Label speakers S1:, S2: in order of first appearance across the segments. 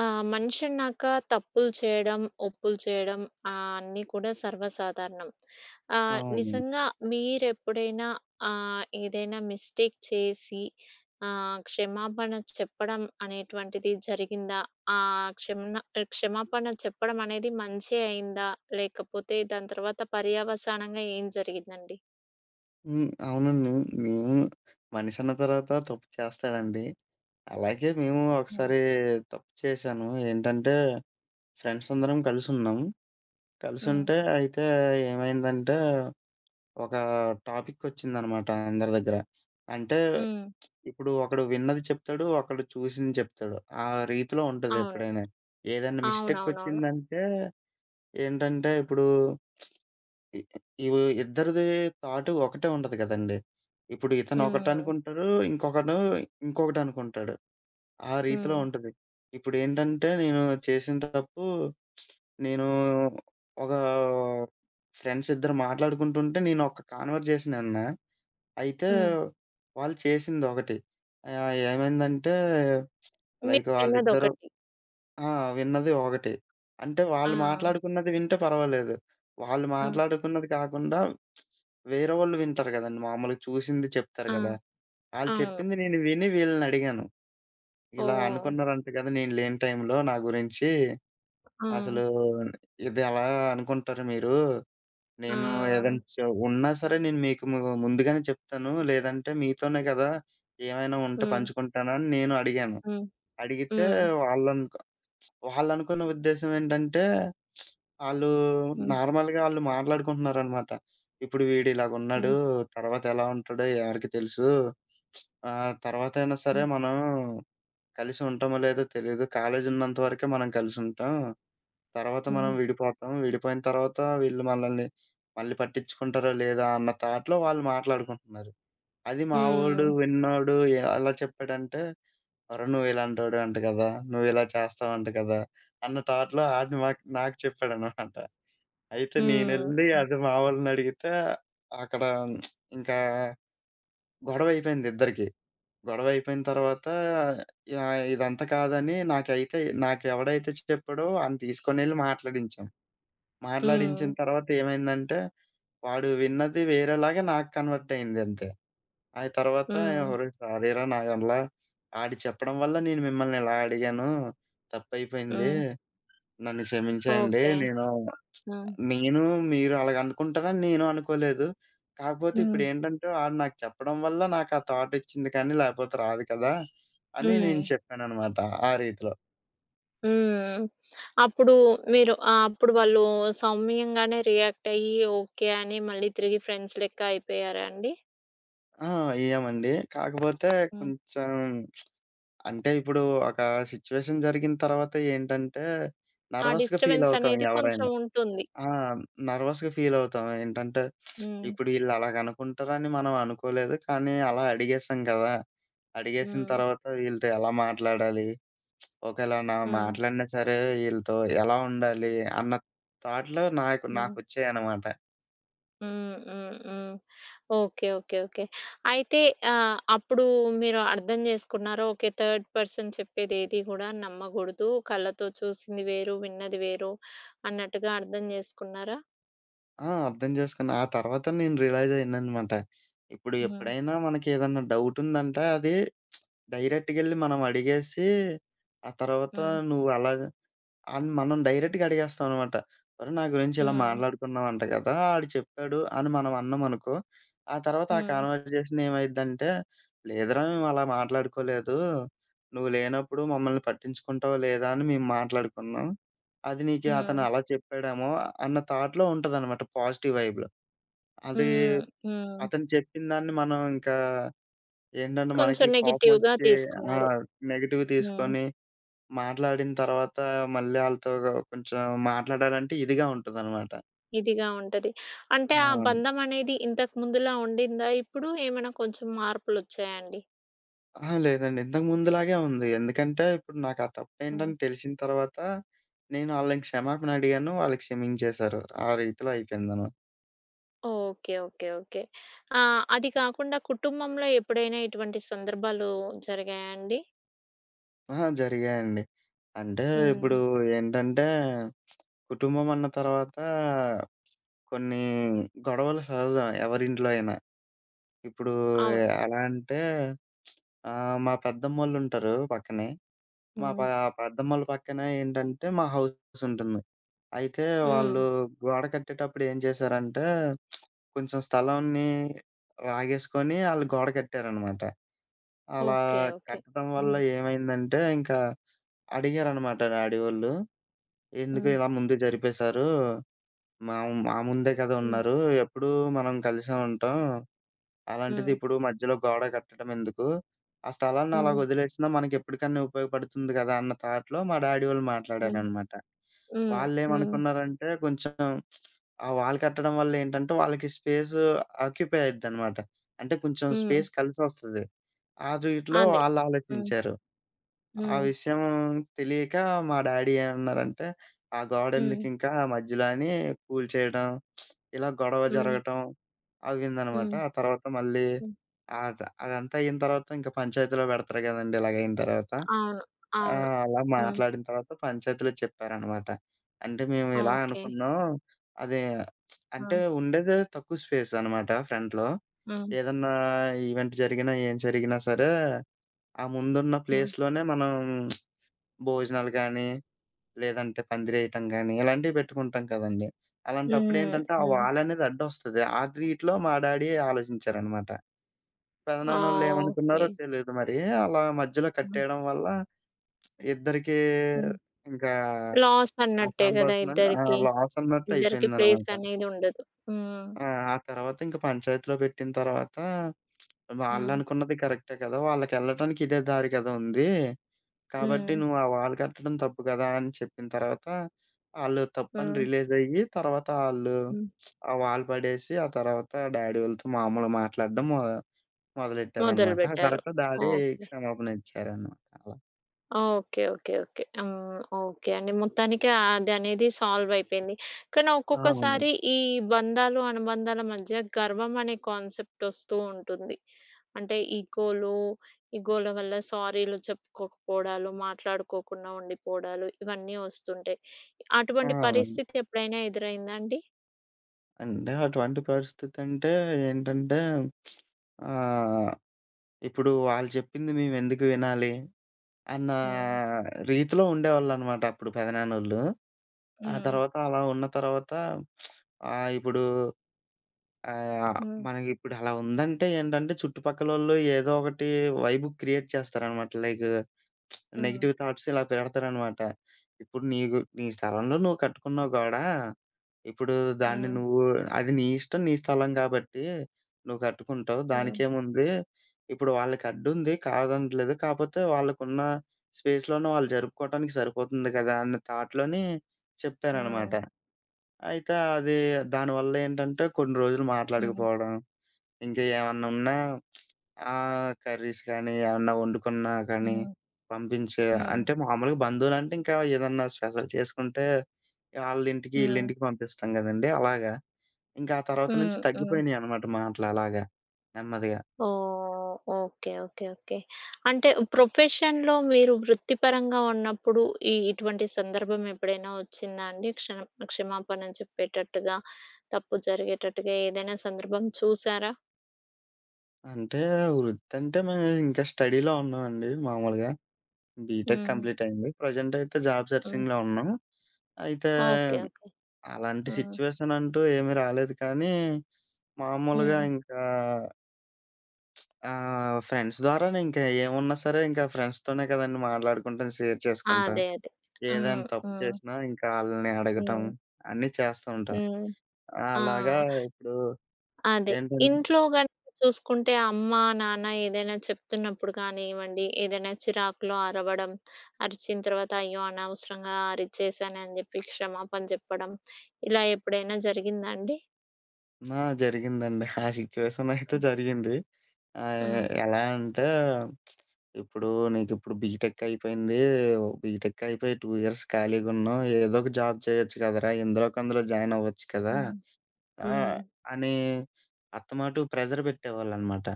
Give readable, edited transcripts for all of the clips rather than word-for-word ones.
S1: ఆ! మనిషి అన్నాక తప్పులు చేయడం, ఒప్పులు చేయడం అన్నీ కూడా సర్వసాధారణం.
S2: అవును.
S1: నిజంగా మీరెప్పుడైనా ఏదైనా మిస్టేక్ చేసి క్షమాపణ చెప్పడం అనేటువంటిది జరిగిందా? ఆహ్, క్షమణ క్షమాపణ చెప్పడం అనేది మంచే అయిందా? లేకపోతే దాని తర్వాత పర్యవసానంగా ఏం జరిగిందండి?
S2: హ్మ్. అవునండి. మేము మనిషన్న తర్వాత తప్పు చేస్తాడండి. అలాగే మేము
S1: హ్మ్.
S2: ఒకసారి తప్పు చేశాను. ఏంటంటే ఫ్రెండ్స్ అందరం కలిసున్నాం.
S1: హ్మ్.
S2: కలిసుంటే అయితే ఏమైందంటే ఒక టాపికొచ్చిందనమాట అందరి దగ్గర. అంటే
S1: హ్మ్.
S2: ఇప్పుడు ఒకడు విన్నది చెప్తాడు. ఒకడు చూసింది చెప్తాడు. ఆ రీతిలో ఉంటది
S1: అవును.
S2: ఎప్పుడైనా. ఏదైనా
S1: అవునవునవును.
S2: మిస్టేకొచ్చిందంటే ఏంటంటే ఇప్పుడు ఇ ఇవ్ ఇద్దరిది థాట్ ఒకటే ఉండదు గదండీ. ఇప్పుడు ఇతను
S1: హ్మ్.
S2: ఒకటనుకుంటాడు. ఇంకొకడు ఇంకొకటనుకుంటాడు. ఆ రీతిలో
S1: హ్మ్.
S2: ఉంటది. ఇప్పుడేంటంటే నేను చేసిన తప్పు నేను ఒక ఫ్రెండ్స్ ఇద్దరు మాట్లాడుకుంటుంటే నేను ఒక కాన్వర్జేషన్ ఇన్నా. అయితే
S1: హ్మ్.
S2: వాళ్ళు చేసిందొకటి. ఏమైందంటే
S1: మీరు
S2: లైక్ వాళ్ళిద్దరూ
S1: విన్నదొకటి.
S2: ఆ! విన్నది ఒకటి. అంటే
S1: ఆ!
S2: వాళ్ళు మాట్లాడుకున్నది వింటే పర్వాలేదు. వాళ్ళు
S1: ఆ!
S2: మాట్లాడుకున్నది కాకుండా వేరే వాళ్ళు వింటారు గదండీ! మామూలుగా చూసింది చెప్తారు
S1: ఆ!
S2: గదా! ఆళ్ళు
S1: అవును.
S2: చెప్పింది నేను విని వీళ్ళనడిగాను. ఇలా
S1: ఓహ్!
S2: అనుకున్నారంట కదా! నేను లేని టైంలో నా గురించి
S1: ఆ!
S2: అసలు ఇది ఎలా అనుకుంటారు మీరు? నేను ఏదైనా
S1: ఆ!
S2: చ ఉన్నా సరే నేను మీకు ముందుగానే చెప్తాను. లేదంటే మీతోనే కదా! ఏమైనా ఉంటే
S1: హ్మ్.
S2: పంచుకుంటాను అని నేను అడిగాను.
S1: హ్మ్.
S2: అడిగితే
S1: హ్మ్.
S2: వాళ్ళనుకు వాళ్ళనుకున్న ఉద్దేశ్యం ఏంటంటే, ఆళ్ళు
S1: హ్మ్.
S2: నార్మల్‌గా ఆళ్ళు మాట్లాడుకుంటున్నారనమాట. ఇప్పుడు వీడిలాగున్నాడు,
S1: హ్మ్.
S2: తర్వాత ఎలా ఉంటాడో ఎవరికి తెలుసు. తర్వాతైనా సరే
S1: హ్మ్.
S2: మనం కలిసి ఉంటామో లేదో తెలీదు. కాలేజీ ఉన్నంత వరకే మనం కలిసుంటాం. తర్వాత మనం
S1: హ్మ్.
S2: విడిపోతాం. విడిపోయిన తర్వాత వీళ్ళు మనల్ని మళ్ళీ పట్టించుకుంటారో లేదా అన్న థాట్‌లో వాళ్ళు మాట్లాడుకుంటున్నారు. అది మా వోడు
S1: హ్మ్.
S2: విన్నాడు. ఎలా చెప్పాడంటే, "ఒరేయ్! నువ్విలాంటోడివంట కదా! నువ్విలా చేస్తావంట కదా!" అన్న థాట్‌లో ఆడు నాకు చెప్పాడనమాట. అయితే
S1: హ్మ్.
S2: నేనెళ్లి అది మా వాళ్ళనడిగితే అక్కడ ఇంకా గొడవయిపోయింది ఇద్దరికీ. గొడవయిపోయిన తర్వాత యాహ్! ఇదంతా కాదని నాకెవడైతే చెప్పాడో ఆడిని తీసుకొనెళ్లి మాట్లాడించాం.
S1: హ్మ్.
S2: మాట్లాడించిన తర్వాత ఏమైందంటే, వాడు విన్నది వేరేలాగా నాకు కన్వర్ట్ అయిందంతే. ఆ తర్వాత
S1: హ్మ్.
S2: "ఒరేయ్! సారీరా నా వల్ల ఆడు చెప్పడం వల్ల నేను మిమ్మల్ని ఇలా అడిగాను. తప్పైపోయింది.
S1: హ్మ్.
S2: నన్ను క్షమించేయండి.
S1: ఓకే.
S2: నేను
S1: ఆ!
S2: నేను మీరు అలాగనుకుంటారని నేను అనుకోలేదు. కాకపోతే
S1: హ్మ్.
S2: ఇప్పుడేంటంటే ఆడు నాకు చెప్పడం వల్ల నాకు ఆ థాట్ వచ్చింది కానీ లేకపోతే రాదు కదా!" అని నేను
S1: హ్మ్.
S2: చెప్పాననమాట ఆ రీతిలో.
S1: హ్మ్. అప్పుడు మీరు అప్పుడు వాళ్ళు సౌమ్యంగానే రియాక్ట్ అయ్యి ఓకే అని మళ్ళీ తిరిగి ఫ్రెండ్స్ లెక్క అయిపోయారా అండి?
S2: ఆ! అయ్యామండి. కాకపోతే
S1: హ్మ్.
S2: కొంచెం అంటే ఇప్పుడు ఒక సిట్యుయేషన్ జరిగిన తర్వాత ఏంటంటే
S1: ఆ
S2: నర్వస్‌గా ఫీల్
S1: డిస్టర్బెన్స్
S2: అవుతాం
S1: అనేది కొంచెం
S2: ఎవరైనా.
S1: ఉంటుంది.
S2: ఆ! నర్వస్‌గా ఫీలవుతాం. ఏంటంటే,
S1: హ్మ్.
S2: ఇప్పుడు ఈళ్ళు అలాగనుకుంటారని మనం అనుకోలేదు, కానీ అలా అడిగేసాం కదా! అడిగేసిన
S1: హ్మ్.
S2: తర్వాత వీళ్ళతో ఎలా మాట్లాడాలి? ఒకేళ నా
S1: హ్మ్.
S2: మాట్లాడినా సరే వీళ్ళతో ఎలా ఉండాలి? అన్న థాట్‌లో
S1: హ్మ్.
S2: నాకొచ్చాయనమాట.
S1: హ్మ్. హ్మ్. హ్మ్. ఓకే. ఓకే. ఓకే. అయితే అప్పుడు మీరు అర్థం చేసుకున్నారా? ఓకే. థర్డ్ పర్సన్ చెప్పేదేది గూడా నమ్మగూడదు. కళ్ళతో చూసింది వేరు, విన్నది వేరు అన్నట్టుగా అర్థం చేసుకున్నారా?
S2: ఆ! అర్థం చేసుకున్నా. ఆ తర్వాత నేను రియలైజ్ అయ్యాననమాట. ఇప్పుడు
S1: హ్మ్.
S2: ఎప్పుడైనా మనకేదన్నా డౌటుందంటే అది డైరెక్ట్‌గెళ్లి మనం అడిగేసి, ఆ తర్వాత
S1: హ్మ్.
S2: నువ్వు అలా అని మనం డైరెక్ట్‌గా అడిగేస్తాం అనమాట. "ఒరే! నా గురించి ఇలా
S1: హ్మ్.
S2: మాట్లాడుకున్నావంట కదా! ఆడు చెప్పాడు" అని మనం అన్నామనుకో, ఆ తర్వాత ఆ
S1: హ్మ్.
S2: కన్వర్జేషన్ ఏమైద్దంటే, "లేదురా మేము అలా మాట్లాడుకోలేదు. నువ్వు లేనప్పుడు మమ్మల్ని పట్టించుకుంటావో లేదా అని మేము మాట్లాడుకున్నాం. అది నీకు అతను
S1: హ్మ్.
S2: అలా చెప్పాడేమో" అన్న థాట్‌లో ఉంటదనమాట పాజిటివ్ వైబ్‌లో. అది
S1: హ్మ్. హ్మ్.
S2: అతను చెప్పిన దాన్ని మనం ఇంకా ఏంటంటే
S1: కొంచెం
S2: మనకి
S1: నెగెటివ్‌గా
S2: కోపమొచ్చి ఆ!
S1: తీసుకున్నారు.
S2: నెగెటివ్
S1: హ్మ్.
S2: తీసుకొని మాట్లాడిన తర్వాత మళ్ళీ ఆళ్ళతో కొంచెం మాట్లాడాలంటే ఇదిగా ఉంటదనమాట.
S1: ఇదిగా ఉంటది. అంటే ఆ
S2: ఆ!
S1: బంధం అనేది ఇంతకు ముందులా ఉండిందా ఇప్పుడు? ఏమైనా కొంచెం మార్పులొచ్చాయా అండి?
S2: అహా! లేదండి. ఇంతకు ముందులాగే ఉంది. ఎందుకంటే ఇప్పుడు నాకా
S1: హ్మ్.
S2: తప్పేంటని తెలిసిన తర్వాత నేను ఆళ్ళని క్షమాపణ అడిగాను. వాళ్ళు క్షమించేశారు. ఆ రీతిలో అయిపోయిందనమాట.
S1: ఓకే. ఓకే. ఓకే. అది కాకుండా కుటుంబంలో ఎప్పుడైనా ఇటువంటి సందర్భాలు జరిగాయా అండి?
S2: అహా! జరిగాయండి. అంటే
S1: హ్మ్.
S2: ఇప్పుడు ఏంటంటే కుటుంబం అన్న తర్వాత కొన్ని గొడవలు సహజం ఎవరింట్లో అయినా. ఇప్పుడు
S1: అవును.
S2: ఎలా అంటే మా పెద్దమ్మోళ్ళుంటారు పక్కనే. మా
S1: హ్మ్.
S2: పా పెద్దమ్మోళ్ళ పక్కన ఏంటంటే మా హౌసుంటుంది. అయితే
S1: హ్మ్.
S2: వాళ్ళు గోడ కట్టేటప్పుడు ఏం చేశారంటే, కొంచెం స్థలాన్ని లాగేసుకొని ఆళ్ళు గోడ కట్టారనమాట. అలా
S1: ఓకే. ఓకే.
S2: కట్టడం వల్ల
S1: హ్మ్.
S2: ఏమైందంటే, ఇంకా అడిగారనమాట డాడీ వోళ్ళు. "ఎందుకు
S1: హ్మ్.
S2: ఇలా ముందుకు జరిపేశారు? మా మా ముందే కదా
S1: హ్మ్.
S2: ఉన్నారు. ఎప్పుడూ మనం కలిసే ఉంటాం." అలాంటిది
S1: హ్మ్.
S2: ఇప్పుడు మధ్యలో గోడ కట్టడం ఎందుకు? ఆ స్థలాన్ని అలాగ
S1: హ్మ్.
S2: వదిలేసినా మనకెప్పటికన్నా ఉపయోగపడుతుంది గదా! అన్న థాట్‌లో మా డాడీ వాళ్ళు
S1: హ్మ్.
S2: మాట్లాడారనమాట.
S1: హ్మ్. హ్మ్.
S2: వాళ్ళేమనుకున్నారంటే కొంచెం ఆ వాల్ కట్టడం వల్ల ఏంటంటే వాళ్ళకి స్పేసు ఆక్యుపై అయిద్దనమాట. అంటే కొంచెం
S1: హ్మ్.
S2: స్పేస్ కలిసొస్తది. ఆ రీతిలో
S1: అదే.
S2: వాళ్ళు
S1: హ్మ్.
S2: ఆలోచించారు. ఆ
S1: హ్మ్.
S2: విషయం తెలియక మా డాడీ ఏమన్నారంటే, "ఆ
S1: హ్మ్.
S2: గోడెందుకింకా మధ్యలో" అని కూల్చేయడం ఇలా గొడవ
S1: హ్మ్.
S2: జరగటం అవిందనమాట.
S1: హ్మ్.
S2: ఆ తర్వాత మళ్ళీ
S1: హ్మ్.
S2: అద అదంతా అయిన తర్వాత ఇంకా పంచాయతీలో పెడతారు గదండీ! ఇలాగయిన తర్వాత.
S1: అవును.
S2: ఆ!
S1: అవును.
S2: అలా
S1: హ్మ్.
S2: మాట్లాడిన తర్వాత పంచాయతీలో చెప్పారనమాట. అంటే మేము ఇలా
S1: ఓకే.
S2: అనుకున్నాం. అది అంటే
S1: హ్మ్.
S2: ఉండేదే తక్కువ స్పేస్ అనమాట ఫ్రంట్‌లో.
S1: హ్మ్.
S2: ఏదన్నా ఈవెంట్ జరిగినా, ఏం జరిగినా సరే, ఆ ముందున్న
S1: హ్మ్.
S2: ప్లేస్‌లోనే మనం భోజనాలు గాని లేదంటే పందిరేయటం గానీ, ఇలాంటివి పెట్టుకుంటాం కదండీ.
S1: హ్మ్.
S2: అలాంటప్పుడేంటంటే, ఆ
S1: హ్మ్.
S2: వాలనేది అడ్డొస్తది. ఆ గ్రిట్లో మా డ్యాడీ ఆలోచించారనమాట.
S1: ఓకే.
S2: పెదనాన్నోళ్ళేమనుకున్నారో తెలీదు మరి. అలా మధ్యలో
S1: హ్మ్.
S2: కట్టేయడం వల్ల ఇద్దరికీ
S1: హ్మ్.
S2: ఇంకా
S1: లాస్
S2: ఆ
S1: అన్నట్టే గదా!
S2: సంభాషణ ఆ!
S1: ఇద్దరికీ. ఇద్దరికి ప్లేస్
S2: లాసన్నట్టయిపోయిందనమాట.
S1: అనేది ఉండదు. హ్మ్.
S2: ఆ! ఆ తర్వాత ఇంక పంచాయతీలో పెట్టిన తర్వాత
S1: హ్మ్.
S2: వాళ్ళనుకున్నది కరెక్టే కదా! వాళ్ళకెళ్ళటానికి ఇదే దారి కదా! ఉంది. కాబట్టి
S1: హ్మ్.
S2: "నువ్వు ఆ వాల్ కట్టడం తప్పు కదా!" అని చెప్పిన తర్వాత, ఆళ్ళు తప్పని
S1: హ్మ్.
S2: రియలైజయ్యి, తర్వాత ఆళ్ళు
S1: హ్మ్.
S2: ఆ వాల్ పడేసి, ఆ తర్వాత డ్యాడీ వాళ్ళతో మామూలుగా మాట్లాడడం మొ మొదలెట్టారనమాట. ఆ
S1: మొదలుబెట్టారు.
S2: తర్వాత డ్యాడీ
S1: ఓకే.
S2: క్షమాపణ ఇచ్చారనమాట అలా.
S1: ఓకే. ఓకే. ఓకే. హ్మ్. ఓకే అండి. మొత్తానికి అదనేది సాల్వ్ అయిపోయింది. కానీ
S2: ఆ! అవునండి.
S1: ఒక్కొక్కసారి ఈ బంధాలు, అనుబంధాల మధ్య గర్వం అనే కాన్సెప్ట్ ఒస్తూ ఉంటుంది. అంటే ఈగోలు, ఈగోల వల్ల సారీలు చెప్పుకోకపోవడాలు, మాట్లాడుకోకుండా ఉండిపోవడాలు ఇవన్నీ ఒస్తుంటాయి.
S2: ఆ!
S1: అటువంటి
S2: అవునండి.
S1: పరిస్థితి ఎప్పుడైనా ఎదురైందా అండి?
S2: అంటే అటువంటి పరిస్థితంటే ఏంటంటే ఆహ్, ఇప్పుడు వాళ్ళు చెప్పింది మేమెందుకు వినాలి? అన్న
S1: హ్మ్.
S2: రీతిలో ఉండేవాళ్ళనమాట అప్పుడు పెదనాన్నోళ్ళు. ఆ
S1: హ్మ్.
S2: తర్వాత అలా ఉన్న తర్వాత ఆహ్, ఇప్పుడు ఆహ్,
S1: హ్మ్.
S2: మనకిప్పుడు అలా ఉందంటే ఏంటంటే చుట్టుపక్కలోళ్ళు ఏదో ఒకటి వైబ్ క్రియేట్ చేస్తారనమాట. లైక్
S1: హ్మ్.
S2: నెగెటివ్ థాట్స్ ఇలా పెడతారనమాట. ఇప్పుడు నీకు నీ స్థలంలో నువ్వు కట్టుకున్నావు గోడ. ఇప్పుడు దాన్ని
S1: హ్మ్.
S2: నువ్వు అది నీ ఇష్టం, నీ స్థలం కాబట్టి నువ్వు కట్టుకుంటావు.
S1: హ్మ్.
S2: దానికేముంది ఇప్పుడు వాళ్ళకి అడ్డుంది కాదనట్లేదు. కాపోతే వాళ్ళకున్న స్పేస్‌లోనే వాళ్ళు జరుపుకోవటానికి సరిపోతుంది కదా! అన్న థాట్‌లోని
S1: హ్మ్.
S2: చెప్పారనమాట. అయితే అది దానివల్లేంటంటే కొన్ని రోజులు
S1: హ్మ్.
S2: మాట్లాడకపోవడం, ఇంకా ఏమన్నా ఉన్నా కర్రీస్ కానీ, ఏమన్నా వండుకున్నా కానీ
S1: హ్మ్.
S2: పంపించే
S1: హ్మ్.
S2: అంటే మామూలుగా బంధువులంటే ఇంకా ఏదన్నా స్పెషల్ చేసుకుంటే ఆళ్ళింటికి,
S1: హ్మ్.
S2: ఈళ్ళింటికి పంపిస్తాం గదండీ! అలాగా. ఇంకా ఆ తర్వాత నుంచి
S1: హ్మ్. హ్మ్.
S2: తగ్గిపోయినియనమాట మాటలలాగా నెమ్మదిగా.
S1: ఓహ్! ఓకే. ఓకే. ఓకే. అంటే ప్రొఫెషన్‌లో మీరు వృత్తిపరంగా ఉన్నప్పుడు ఈ ఇటువంటి సందర్భం ఎప్పుడైనా వచ్చిందా అండి? క్షమాపణ చెప్పేటట్టుగా, తప్పు జరిగేటట్టుగా ఏదైనా సందర్భం చూసారా?
S2: అంటే వృత్తంటే మేము ఇంకా స్టడీలో ఉన్నామండి మామూలుగా. బీటెక్
S1: హ్మ్.
S2: కంప్లీట్ అయింది. ప్రెజెంట్ అయితే జాబ్
S1: హ్మ్.
S2: సెర్చింగ్‌లో ఉన్నాం. అయితే
S1: ఓకే. ఓకే.
S2: అలాంటి
S1: హ్మ్.
S2: సిట్యుయేషన్ అంటూ ఏమీ రాలేదు కానీ, మామూలుగా
S1: హ్మ్.
S2: ఇంకా ఫ్రెండ్స్ ద్వారానే ఇంకా ఏమున్నా సరే ఇంకా ఫ్రెండ్స్‌తోనే కదండీ మాట్లాడుకుంటాం, షేర్ చేసుకుంటాం.
S1: అదే. అదే.
S2: ఏదైనా
S1: హ్మ్.
S2: తప్పు
S1: హ్మ్.
S2: చేసినా ఇంకా ఆళ్ళని అడగటం
S1: హ్మ్.
S2: అన్నీ చేస్తూ ఉంటాం.
S1: హ్మ్. ఆ!
S2: అలాగా ఇప్పుడు
S1: అదే.
S2: ఏంటం
S1: ఇంట్లో గనుక చూసుకుంటే అమ్మ, నాన్న ఏదైనా చెప్తున్నప్పుడు కానివ్వండి, ఏదైనా చిరాకులో అరవడం, అరిచిన తర్వాత అయ్యో! అనవసరంగా అరిచేశానని చెప్పి క్షమాపణ చెప్పడం, ఇలా ఎప్పుడైనా జరిగిందా అండి?
S2: ఆ! జరిగిందండి. ఆ సిట్యుయేషన్ అయితే
S1: హ్మ్.
S2: జరిగింది.
S1: హ్మ్.
S2: ఎలా అంటే ఇప్పుడు నీకిప్పుడు బీటెక్ అయిపోయింది. బీటెక్ అయిపోయి 2 ఇయర్స్ ఖాళీగున్నావు. ఏదో ఒక జాబ్ చేయొచ్చు కదరా! ఇందులోకి అందులో జాయిన్ అవ్వచ్చు కదా!
S1: హ్మ్.
S2: ఆ!
S1: హ్మ్.
S2: అని అత్తమాటు ప్రెషర్ పెట్టేవాళ్ళనమాట.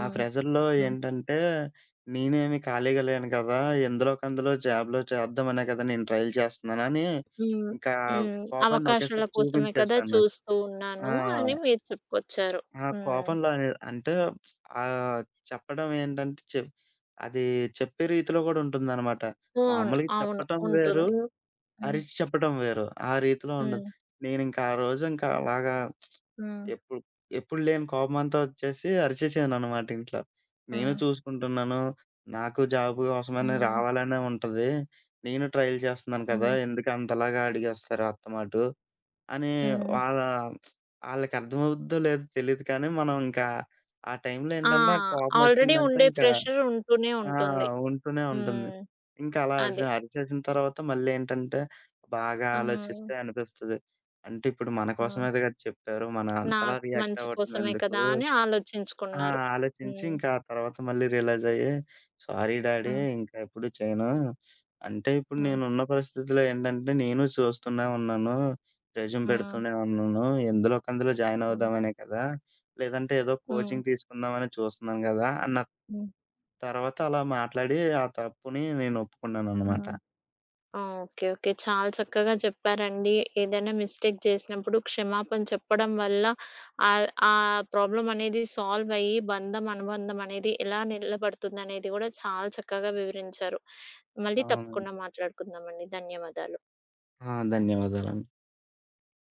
S2: ఆ ప్రెషర్‌లో
S1: హ్మ్.
S2: ఏంటంటే నేనేమి ఖాళీగా లేను కదా! ఎందులోకి అందులో జాబ్‌లో చేద్దామనే కదా నేను ట్రైల్ చేస్తున్నానని
S1: హ్మ్.
S2: ఇంకా
S1: హ్మ్.
S2: కోపాన్ని
S1: అవకాశాల
S2: ఒకేసారి
S1: కోసమే కదా
S2: చూపించేసాను.
S1: చూస్తూ
S2: ఆ!
S1: ఉన్నాను అని మీరు చెప్పుకొచ్చారు.
S2: ఆ!
S1: హ్మ్.
S2: కోపంలో అనే అంటే ఆహ్, చెప్పడం ఏంటంటే చెప్ అది చెప్పే రీతిలో గూడా ఉంటుందనమాట.
S1: అవును.
S2: మామూలుగా
S1: అవును.
S2: చెప్పటం వేరు,
S1: ఉంటుంది. హ్మ్.
S2: అరిచి చెప్పటం వేరు. ఆ రీతిలో ఉండదు.
S1: హ్మ్.
S2: నేనింక ఆ రోజు ఇంకా అలాగా
S1: హ్మ్.
S2: ఎప్పుడు ఎప్పుడు లేని కోపమంతా వచ్చేసి అరిచేసాననమాట ఇంట్లో. నేను
S1: హ్మ్.
S2: చూసుకుంటున్నాను. నాకు జాబ్ కోసమని
S1: హ్మ్.
S2: రావాలనే ఉంటది. నేను ట్రైల్ చేస్తున్నాను కదా!
S1: హ్మ్.
S2: ఎందుకు అంతలాగా అడిగేస్తారు అత్తమాటు? అనే
S1: హ్మ్.
S2: వాళ్ళ ఆళ్ళకర్థమవుద్దో లేదో తెలీదు కానీ, మనం ఇంకా ఆ టైంలో
S1: ఆ!
S2: ఏంటంటే నాకు
S1: ఆల్రెడీ
S2: కోపమొచ్చిందంటే
S1: ఉండే
S2: ఇంకా
S1: ప్రెషర్ ఉంటూనే
S2: ఆ!
S1: ఉంటుంది.
S2: ఉంటూనే ఉంటుంది.
S1: హ్మ్.
S2: ఇంకా అలా
S1: అది.
S2: అరిచేసిన తర్వాత మళ్ళీ ఏంటంటే, బాగా
S1: హ్మ్.
S2: ఆలోచిస్తే అనిపిస్తది. అంటే ఇప్పుడు మన
S1: హ్మ్.
S2: కోసమే‌గా చెప్పారు. మన
S1: నా
S2: అంతలా రియాక్ట్
S1: మంచి
S2: అవ్వటం
S1: కోసమే
S2: ఎందుకు?
S1: కదా! అని
S2: ఆ!
S1: ఆలోచించుకున్నారు.
S2: ఆలోచించి
S1: హ్మ్.
S2: ఇంకా ఆ తర్వాత మళ్ళీ రియలైజ్ అయ్యి, సారీ డాడీ
S1: హ్మ్.
S2: ఇంకా ఎప్పుడు చేయను. అంటే ఇప్పుడు
S1: హ్మ్.
S2: నేనున్న పరిస్థితిలో ఏంటంటే నేను చూస్తూనే ఉన్నాను. రెజ్యూమ్
S1: హ్మ్.
S2: పెడుతూనే ఉన్నాను. ఎందులో ఒక అందులో జాయిన్
S1: హ్మ్.
S2: అవుదామనే కదా! లేదంటే ఏదో
S1: హ్మ్.
S2: కోచింగ్ తీసుకుందామని చూస్తున్నాను కదా! అన్న
S1: హ్మ్.
S2: తర్వాత అలా మాట్లాడి ఆ తప్పుని నేను ఒప్పుకున్నాననమాట.
S1: హ్మ్. ఓకే. ఓకే. చాలా చక్కగా చెప్పారండి. ఏదైనా మిస్టేక్ చేసినప్పుడు క్షమాపణ చెప్పడం వల్ల ఆ ప్రాబ్లమ్ అనేది సాల్వ్ అయ్యి బంధం, అనుబంధం అనేది ఎలా నిలబడుతుందనేది కూడా చాలా చక్కగా వివరించారు. మళ్ళీ
S2: అవునండి.
S1: తప్పకుండా మాట్లాడుకుందామండి. ధన్యవాదాలు.
S2: ఆ! ధన్యవాదాలండి.